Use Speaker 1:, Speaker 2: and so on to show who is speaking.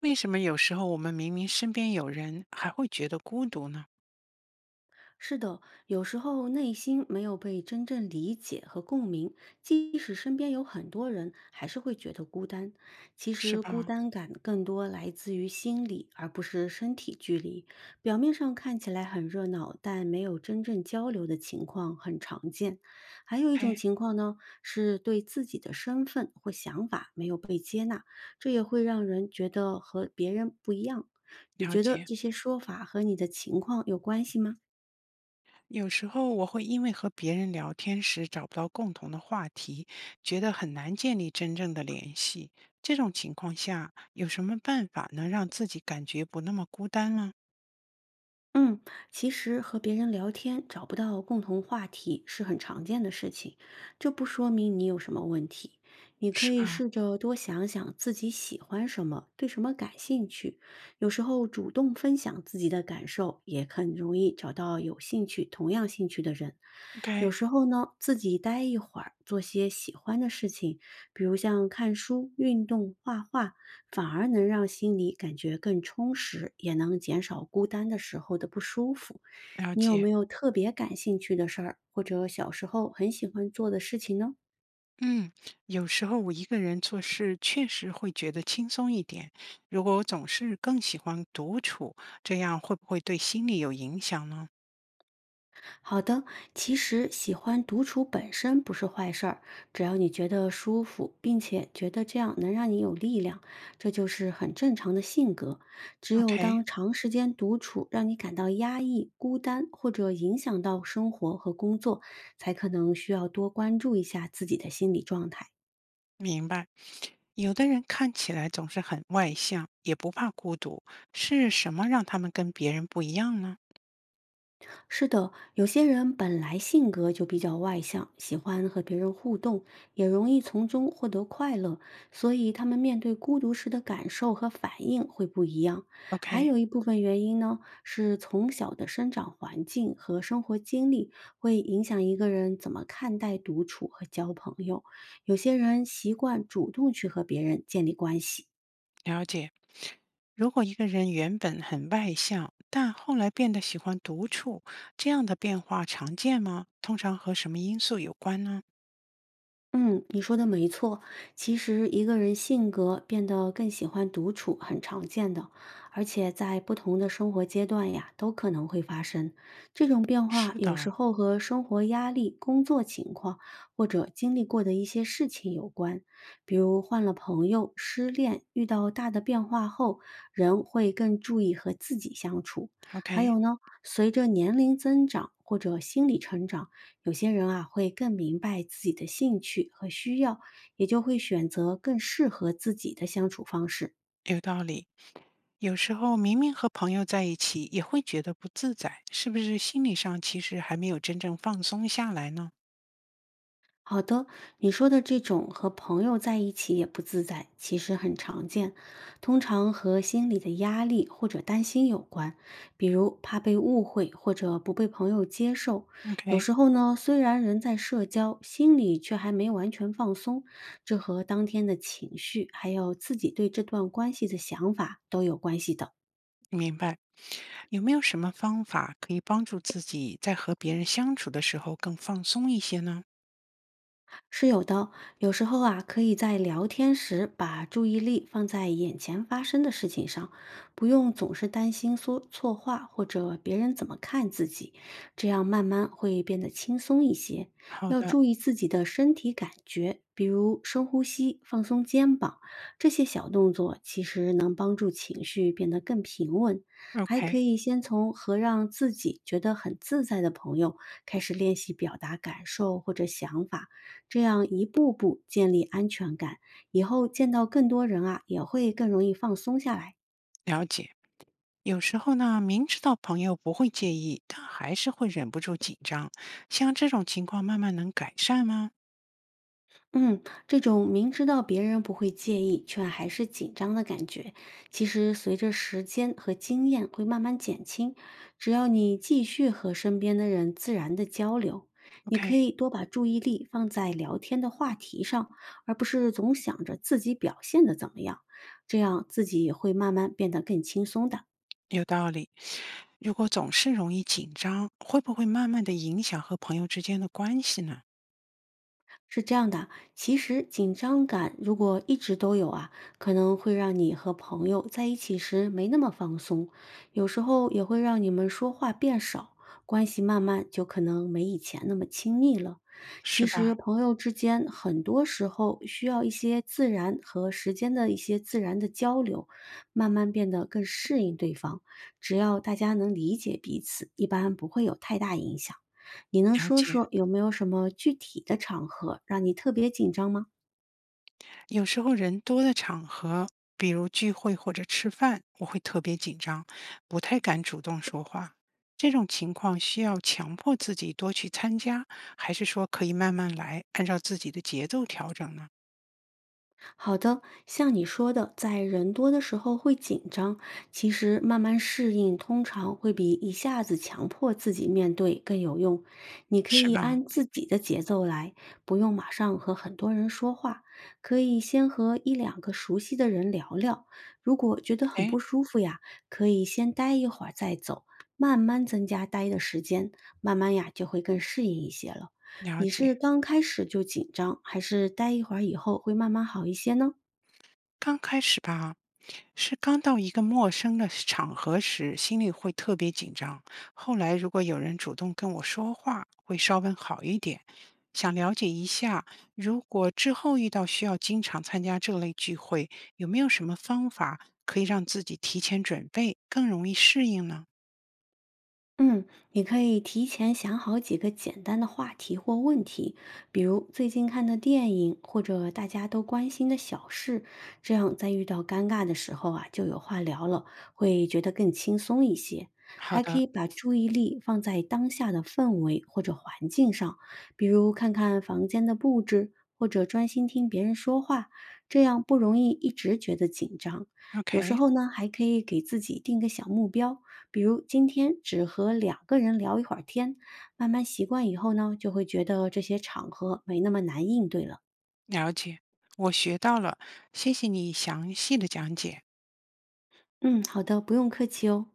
Speaker 1: 为什么有时候我们明明身边有人，还会觉得孤独呢？
Speaker 2: 是的，有时候内心没有被真正理解和共鸣，即使身边有很多人，还是会觉得孤单。其
Speaker 1: 是
Speaker 2: 实孤
Speaker 1: 吧？
Speaker 2: 单感更多来自于心理，而不是身体距离。表面上看起来很热闹，但没有真正交流的情况很常见。还有一种
Speaker 1: 哎，
Speaker 2: 情况呢，是对自己的身份或想法没有被接纳，这也会让人觉得和别人不一样。你
Speaker 1: 了
Speaker 2: 觉得
Speaker 1: 解。
Speaker 2: 这些说法和你的情况有关系吗？
Speaker 1: 有时候我会因为和别人聊天时找不到共同的话题，觉得很难建立真正的联系。这种情况下，有什么办法能让自己感觉不那么孤单呢？
Speaker 2: 嗯，其实和别人聊天找不到共同话题是很常见的事情，这不说明你有什么问题。你可
Speaker 1: 是
Speaker 2: 以
Speaker 1: 吧
Speaker 2: 试着多想想自己喜欢什么，对什么感兴趣。有时候主动分享自己的感受，也很容易找到有兴趣、同样兴趣的人。
Speaker 1: ？OK，
Speaker 2: 有时候呢，自己待一会儿，做些喜欢的事情，比如像看书、运动、画画，反而能让心里感觉更充实，也能减少孤单的时候的不舒服。
Speaker 1: 了
Speaker 2: 你有没
Speaker 1: 解。
Speaker 2: 有特别感兴趣的事儿，或者小时候很喜欢做的事情呢？
Speaker 1: 嗯，有时候我一个人做事确实会觉得轻松一点。如果我总是更喜欢独处，这样会不会对心理有影响呢？
Speaker 2: 好的，其实喜欢独处本身不是坏事儿，只要你觉得舒服，并且觉得这样能让你有力量，这就是很正常的性格。只有
Speaker 1: OK，
Speaker 2: 当长时间独处让你感到压抑、孤单，或者影响到生活和工作，才可能需要多关注一下自己的心理状态。
Speaker 1: 明白。有的人看起来总是很外向，也不怕孤独，是什么让他们跟别人不一样呢
Speaker 2: 是的，有些人本来性格就比较外向，喜欢和别人互动，也容易从中获得快乐，所以他们面对孤独时的感受和反应会不一样。还
Speaker 1: ？OK，
Speaker 2: 有一部分原因呢，是从小的生长环境和生活经历会影响一个人怎么看待独处和交朋友。有些人习惯主动去和别人建立关系。
Speaker 1: 了解。如果一个人原本很外向，但后来变得喜欢独处，这样的变化常见吗？通常和什么因素有关呢？
Speaker 2: 嗯，你说的没错。其实一个人性格变得更喜欢独处很常见的，而且在不同的生活阶段呀，都可能会发生。这种变化
Speaker 1: 是
Speaker 2: 有时
Speaker 1: 的
Speaker 2: 候和生活压力、工作情况或者经历过的一些事情有关，比如换了朋友、失恋，遇到大的变化后，人会更注意和自己相处。还
Speaker 1: ，OK，
Speaker 2: 有呢，随着年龄增长或者心理成长。有些人啊会更明白自己的兴趣和需要，也就会选择更适合自己的相处方式。
Speaker 1: 有道理。有时候明明和朋友在一起，也会觉得不自在，是不是心理上其实还没有真正放松下来呢
Speaker 2: 好的，你说的这种和朋友在一起也不自在，其实很常见，通常和心理的压力或者担心有关，比如怕被误会或者不被朋友接受。有
Speaker 1: ？OK，
Speaker 2: 时候呢，虽然人在社交，心里却还没完全放松，这和当天的情绪，还有自己对这段关系的想法都有关系的。
Speaker 1: 明白，有没有什么方法可以帮助自己在和别人相处的时候更放松一些呢？
Speaker 2: 是有的，有时候啊，可以在聊天时把注意力放在眼前发生的事情上，不用总是担心说错话或者别人怎么看自己，这样慢慢会变得轻松一些。
Speaker 1: 好
Speaker 2: 要
Speaker 1: 的
Speaker 2: 注意自己的身体感觉，比如深呼吸、放松肩膀，这些小动作其实能帮助情绪变得更平稳。还可
Speaker 1: ，OK，
Speaker 2: 以先从和让自己觉得很自在的朋友开始练习表达感受或者想法。这样一步步建立安全感，以后见到更多人啊，也会更容易放松下来。
Speaker 1: 了解。有时候呢，明知道朋友不会介意，但还是会忍不住紧张。像这种情况，慢慢能改善吗
Speaker 2: 嗯，这种明知道别人不会介意，却还是紧张的感觉，其实随着时间和经验会慢慢减轻。只要你继续和身边的人自然的交流，你可
Speaker 1: ？OK，
Speaker 2: 以多把注意力放在聊天的话题上，而不是总想着自己表现的怎么样，这样自己也会慢慢变得更轻松的。
Speaker 1: 有道理。如果总是容易紧张，会不会慢慢的影响和朋友之间的关系呢？
Speaker 2: 是这样的，其实紧张感如果一直都有啊，可能会让你和朋友在一起时没那么放松，有时候也会让你们说话变少，关系慢慢就可能没以前那么亲密了。其
Speaker 1: 是吧？
Speaker 2: 实朋友之间很多时候需要一些自然和时间的一些自然的交流，慢慢变得更适应对方。只要大家能理解彼此，一般不会有太大影响。你能
Speaker 1: 了
Speaker 2: 说
Speaker 1: 解。
Speaker 2: 说有没有什么具体的场合让你特别紧张吗？
Speaker 1: 有时候人多的场合，比如聚会或者吃饭，我会特别紧张，不太敢主动说话。这种情况需要强迫自己多去参加，还是说可以慢慢来，按照自己的节奏调整呢？
Speaker 2: 好的，像你说的，在人多的时候会紧张，其实慢慢适应通常会比一下子强迫自己面对更有用。你可
Speaker 1: 是
Speaker 2: 以
Speaker 1: 吧？
Speaker 2: 按自己的节奏来，不用马上和很多人说话，可以先和一两个熟悉的人聊聊。如果觉得很
Speaker 1: 哎，
Speaker 2: 不舒服呀，可以先待一会儿再走，慢慢增加待的时间，慢慢呀就会更适应一些了。
Speaker 1: 了
Speaker 2: 你
Speaker 1: 解。
Speaker 2: 是刚开始就紧张，还是待一会儿以后会慢慢好一些呢？
Speaker 1: 刚开始吧，是刚到一个陌生的场合时，心里会特别紧张。后来如果有人主动跟我说话，会稍微好一点。想了解一下，如果之后遇到需要经常参加这类聚会，有没有什么方法可以让自己提前准备，更容易适应呢？
Speaker 2: 嗯，你可以提前想好几个简单的话题或问题，比如最近看的电影或者大家都关心的小事，这样在遇到尴尬的时候啊，就有话聊了，会觉得更轻松一些。
Speaker 1: 好
Speaker 2: 还可
Speaker 1: 的
Speaker 2: 以把注意力放在当下的氛围或者环境上，比如看看房间的布置，或者专心听别人说话，这样不容易一直觉得紧张。有时
Speaker 1: ，OK，
Speaker 2: 候呢，还可以给自己定个小目标，比如今天只和两个人聊一会儿天，慢慢习惯以后呢，就会觉得这些场合没那么难应对了。
Speaker 1: 了解，我学到了，谢谢你详细的讲解。
Speaker 2: 嗯，好的，不用客气哦。